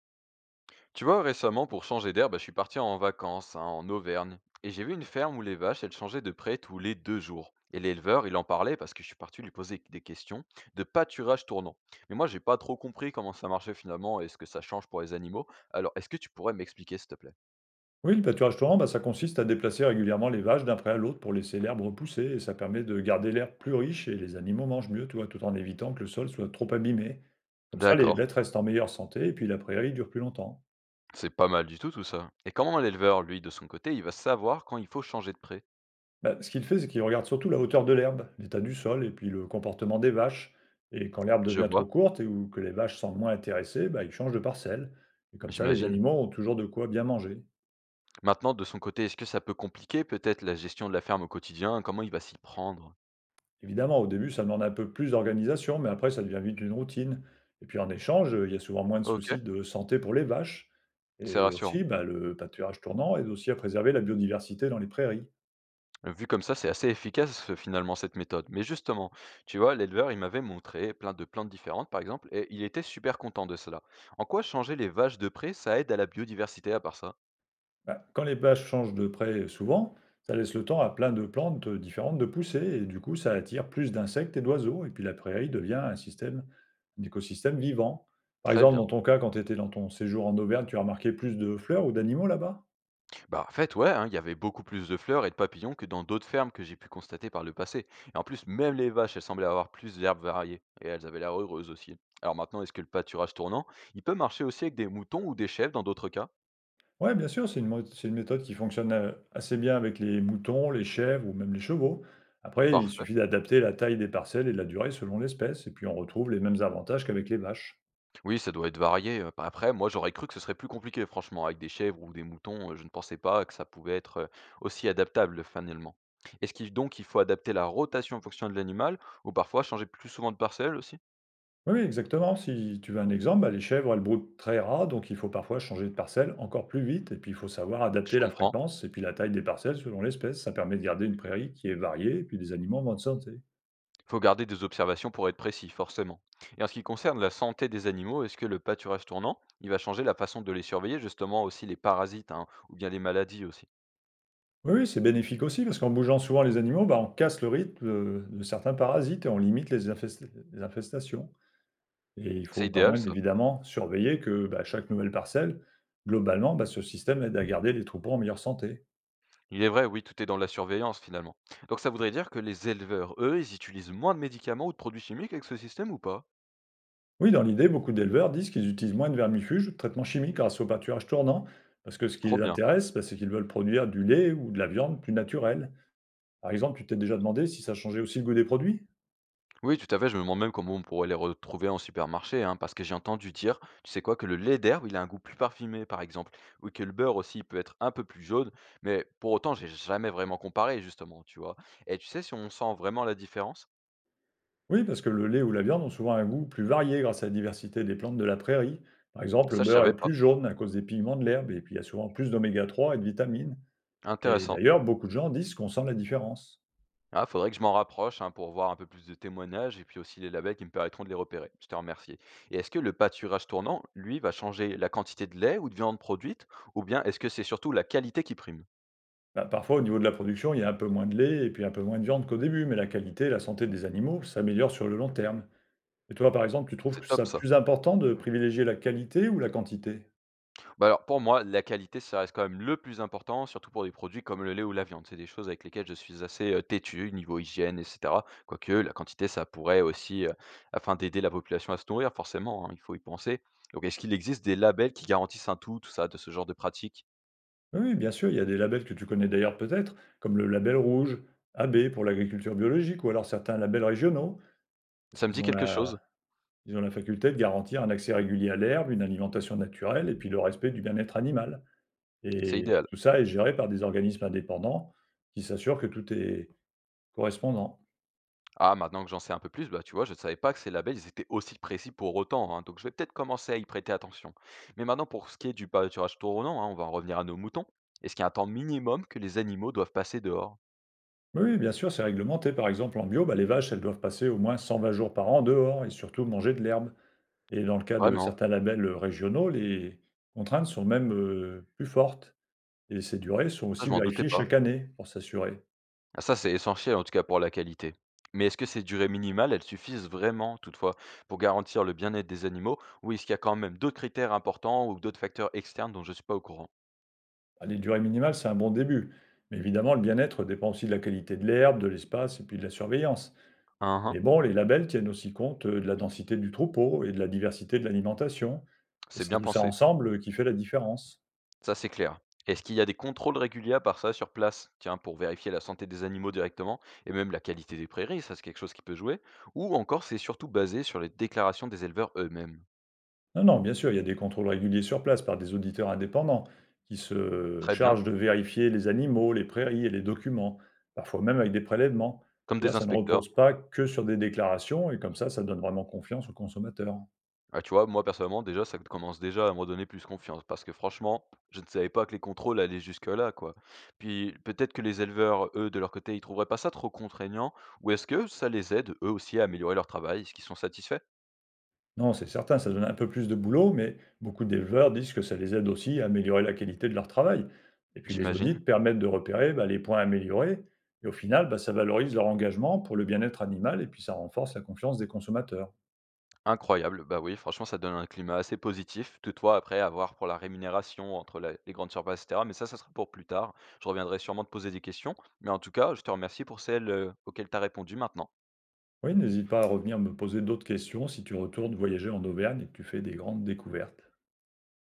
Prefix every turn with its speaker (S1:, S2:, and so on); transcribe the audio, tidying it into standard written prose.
S1: Tu vois, récemment, pour changer d'air, bah, je suis parti en vacances, hein, en Auvergne. Et j'ai vu une ferme où les vaches, elles changeaient de près tous les 2 jours. Et l'éleveur, il en parlait parce que je suis parti lui poser des questions de pâturage tournant. Mais moi, j'ai pas trop compris comment ça marchait finalement et ce que ça change pour les animaux. Alors, est-ce que tu pourrais m'expliquer, s'il te plaît?
S2: Oui, le pâturage torrent, ça consiste à déplacer régulièrement les vaches d'un pré à l'autre pour laisser l'herbe repousser et ça permet de garder l'herbe plus riche et les animaux mangent mieux, tu vois, tout en évitant que le sol soit trop abîmé. Comme ça, les
S1: D'accord,
S2: bêtes restent en meilleure santé et puis la prairie dure plus longtemps.
S1: c'est pas mal du tout tout ça. Et comment l'éleveur, lui, de son côté, il va savoir quand il faut changer de pré?
S2: Bah, ce qu'il fait, c'est qu'il regarde surtout la hauteur de l'herbe, l'état du sol et puis le comportement des vaches. Et quand l'herbe
S1: Je
S2: devient trop
S1: vois,
S2: courte et ou que les vaches semblent moins intéressées, ils changent de parcelle. Et comme ça, les
S1: j'imagine.
S2: animaux ont toujours de quoi bien manger.
S1: Maintenant, de son côté, est-ce que ça peut compliquer peut-être la gestion de la ferme au quotidien? Comment il va s'y prendre?
S2: Évidemment, au début, ça demande un peu plus d'organisation, mais après, ça devient vite une routine. Et puis en échange, il y a souvent moins de
S1: Ok,
S2: soucis de santé pour les vaches,
S1: c'est
S2: et
S1: rassurant.
S2: aussi, le pâturage tournant aide aussi à préserver la biodiversité dans les prairies.
S1: Vu comme ça, c'est assez efficace, finalement cette méthode. Mais justement, tu vois, l'éleveur, il m'avait montré plein de plantes différentes, par exemple, et il était super content de cela. En quoi changer les vaches de près, ça aide à la biodiversité à part ça?
S2: Bah, quand les vaches changent de prés souvent, ça laisse le temps à plein de plantes, différentes de pousser et du coup, ça attire plus d'insectes et d'oiseaux et puis la prairie devient un écosystème vivant. Par
S1: Très
S2: exemple,
S1: bien.
S2: dans ton cas, quand tu étais dans ton séjour en Auvergne, tu as remarqué plus de fleurs ou d'animaux là-bas?
S1: Bah en fait, ouais, hein, il y avait beaucoup plus de fleurs et de papillons que dans d'autres fermes que j'ai pu constater par le passé. Et en plus, même les vaches, elles semblaient avoir plus d'herbes variées. Et elles avaient l'air heureuses aussi. Alors maintenant, est-ce que le pâturage tournant, il peut marcher aussi avec des moutons ou des chèvres dans d'autres cas?
S2: Ouais, bien sûr, c'est une méthode qui fonctionne, assez bien avec les moutons, les chèvres ou même les chevaux. Après, il
S1: Parfait.
S2: suffit d'adapter la taille des parcelles et la durée selon l'espèce et puis on retrouve les mêmes avantages qu'avec les vaches.
S1: Oui, ça doit être varié, bah, après moi j'aurais cru que ce serait plus compliqué franchement avec des chèvres ou des moutons, je ne pensais pas que ça pouvait être, aussi adaptable finalement. Est-ce qu'il donc il faut adapter la rotation en fonction de l'animal ou parfois changer plus souvent de parcelle aussi?
S2: Oui, oui, exactement. Si tu veux un exemple, les chèvres, elles broutent très ras, donc il faut parfois changer de parcelle encore plus vite et puis il faut savoir
S1: Je
S2: adapter la
S1: comprends,
S2: fréquence et puis la taille des parcelles selon l'espèce. Ça permet de garder une prairie qui est variée et puis des animaux en bonne santé.
S1: il faut garder des observations pour être précis forcément. Et en ce qui concerne la santé des animaux, est-ce que le pâturage tournant, il va changer la façon de les surveiller justement aussi les parasites, hein, ou bien les maladies aussi?
S2: Oui, oui, c'est bénéfique aussi parce qu'en bougeant souvent les animaux, on casse le rythme, de certains parasites et on limite les infest les infestations. Et il
S1: C'est
S2: faut quand
S1: idéal
S2: même
S1: ça?
S2: évidemment surveiller que, bah, chaque nouvelle parcelle, globalement, bah, ce système aide à garder les troupeaux en meilleure santé.
S1: Il est vrai, oui, tout est dans la surveillance finalement. Donc ça voudrait dire que les éleveurs, eux, ils utilisent moins de médicaments ou de produits chimiques avec ce système ou pas?
S2: Oui, dans l'idée, beaucoup d'éleveurs disent qu'ils utilisent moins de vermifuges ou de traitements chimiques grâce au pâturage tournant, parce que ce qui
S1: Trop
S2: les
S1: bien.
S2: intéresse, c'est qu'ils veulent produire du lait ou de la viande plus naturelle. Par exemple, tu t'es déjà demandé si ça changeait aussi le goût des produits?
S1: Oui, tout à fait, je me demande même comment on pourrait les retrouver en supermarché, hein, parce que j'ai entendu dire, tu sais quoi, que le lait d'herbe, il a un goût plus parfumé, par exemple, ou que le beurre aussi il peut être un peu plus jaune, mais pour autant, j'ai jamais vraiment comparé, justement, tu vois. Et tu sais si on sent vraiment la différence?
S2: Oui, parce que le lait ou la viande ont souvent un goût plus varié grâce à la diversité des plantes de la prairie. Par exemple, le
S1: Ça, je
S2: beurre
S1: savais
S2: est
S1: pas.
S2: plus jaune à cause des pigments de l'herbe, et puis il y a souvent plus d'oméga 3 et de vitamines. Et
S1: Intéressant.
S2: d'ailleurs, beaucoup de gens disent qu'on sent la différence.
S1: Ah, faudrait que je m'en rapproche, hein, pour voir un peu plus de témoignages et puis aussi les labels qui me permettront de les repérer. Je te remercie. Et est-ce que le pâturage tournant, lui, va changer la quantité de lait ou de viande produite, ou bien est-ce que c'est surtout la qualité qui prime?
S2: Bah, parfois, au niveau de la production, il y a un peu moins de lait et puis un peu moins de viande qu'au début, mais la qualité et la santé des animaux s'améliorent sur le long terme. Et toi, par exemple, tu trouves que
S1: C'est top
S2: ça
S1: ça.
S2: plus important de privilégier la qualité ou la quantité?
S1: Bah alors pour moi, la qualité, ça reste quand même le plus important, surtout pour des produits comme le lait ou la viande. C'est des choses avec lesquelles je suis assez têtu niveau hygiène, etc. Quoique la quantité, ça pourrait aussi, afin d'aider la population à se nourrir, forcément, hein, il faut y penser. Donc est-ce qu'il existe des labels qui garantissent un tout, tout ça, de ce genre de pratique?
S2: Oui, oui, bien sûr, il y a des labels que tu connais d'ailleurs peut-être, comme le label rouge, AB pour l'agriculture biologique, ou alors certains labels régionaux. Parce
S1: Ça me dit
S2: qu'ils ont
S1: quelque chose,
S2: la Ils ont la faculté de garantir un accès régulier à l'herbe, une alimentation naturelle et puis le respect du bien-être animal,
S1: c'est
S2: et
S1: idéal.
S2: tout ça est géré par des organismes indépendants qui s'assurent que tout est correspondant.
S1: Ah, maintenant que j'en sais un peu plus, bah, tu vois, je ne savais pas que ces labels, ils étaient aussi précis pour autant, hein, donc je vais peut-être commencer à y prêter attention. Mais maintenant, pour ce qui est du pâturage tournant, hein, on va en revenir à nos moutons. Est-ce qu'il y a un temps minimum que les animaux doivent passer dehors?
S2: Oui, oui, bien sûr, c'est réglementé. Par exemple, en bio, les vaches, elles doivent passer au moins 120 jours par an dehors et surtout manger de l'herbe, et dans le cas de
S1: Vraiment?
S2: certains labels, régionaux, les contraintes sont même, plus fortes, et ces durées sont
S1: Ça, je
S2: aussi
S1: m'en doutais
S2: vérifiées chaque
S1: pas.
S2: année pour s'assurer.
S1: Ah, ça, c'est essentiel, en tout cas, pour la qualité. Mais est-ce que ces durées minimales, elles suffisent vraiment, toutefois, pour garantir le bien-être des animaux, ou est-ce qu'il y a quand même d'autres critères importants ou d'autres facteurs externes dont je ne suis pas au courant?
S2: Bah, les durées minimales, c'est un bon début. Mais évidemment, le bien-être dépend aussi de la qualité de l'herbe, de l'espace et puis de la surveillance.
S1: Hein, hein,
S2: Mais bon, les labels tiennent aussi compte de la densité du troupeau et de la diversité de l'alimentation. Et
S1: c'est
S2: c'est
S1: bien
S2: tout ça
S1: pensé.
S2: ensemble, qui fait la différence.
S1: Ça, c'est clair. Est-ce qu'il y a des contrôles réguliers à part ça sur place? Tiens, pour vérifier la santé des animaux directement et même la qualité des prairies, ça c'est quelque chose qui peut jouer. Ou encore, c'est surtout basé sur les déclarations des éleveurs eux-mêmes.
S2: Non, non, bien sûr, il y a des contrôles réguliers sur place par des auditeurs indépendants qui se
S1: Très bien,
S2: chargent de vérifier les animaux, les prairies et les documents, parfois même avec des prélèvements.
S1: comme
S2: Là,
S1: des
S2: ça ne
S1: inspecteurs.
S2: repose pas que sur des déclarations et comme ça donne vraiment confiance aux consommateurs.
S1: Ah, tu vois, moi personnellement, déjà, ça commence déjà à me donner plus confiance parce que franchement, je ne savais pas que les contrôles allaient jusque-là, quoi. Puis peut-être que les éleveurs, eux, de leur côté, ils trouveraient pas ça trop contraignant ou est-ce que ça les aide, eux aussi, à améliorer leur travail? Est-ce qu'ils sont satisfaits?
S2: Non, c'est certain, ça donne un peu plus de boulot, mais beaucoup d'éleveurs disent que ça les aide aussi à améliorer la qualité de leur travail. Et puis les audits
S1: J'imagine.
S2: permettent de repérer, bah, les points améliorés, et au final, ça valorise leur engagement pour le bien-être animal, et puis ça renforce la confiance des consommateurs.
S1: Incroyable, bah oui, franchement, ça donne un climat assez positif. Toutefois, après, à voir pour la rémunération entre les grandes surfaces, etc. Mais ça sera pour plus tard. Je reviendrai sûrement te poser des questions. Mais en tout cas, je te remercie pour celles auxquelles tu as répondu maintenant.
S2: Oui, n'hésite pas à revenir me poser d'autres questions si tu retournes voyager en Auvergne et que tu fais des grandes découvertes.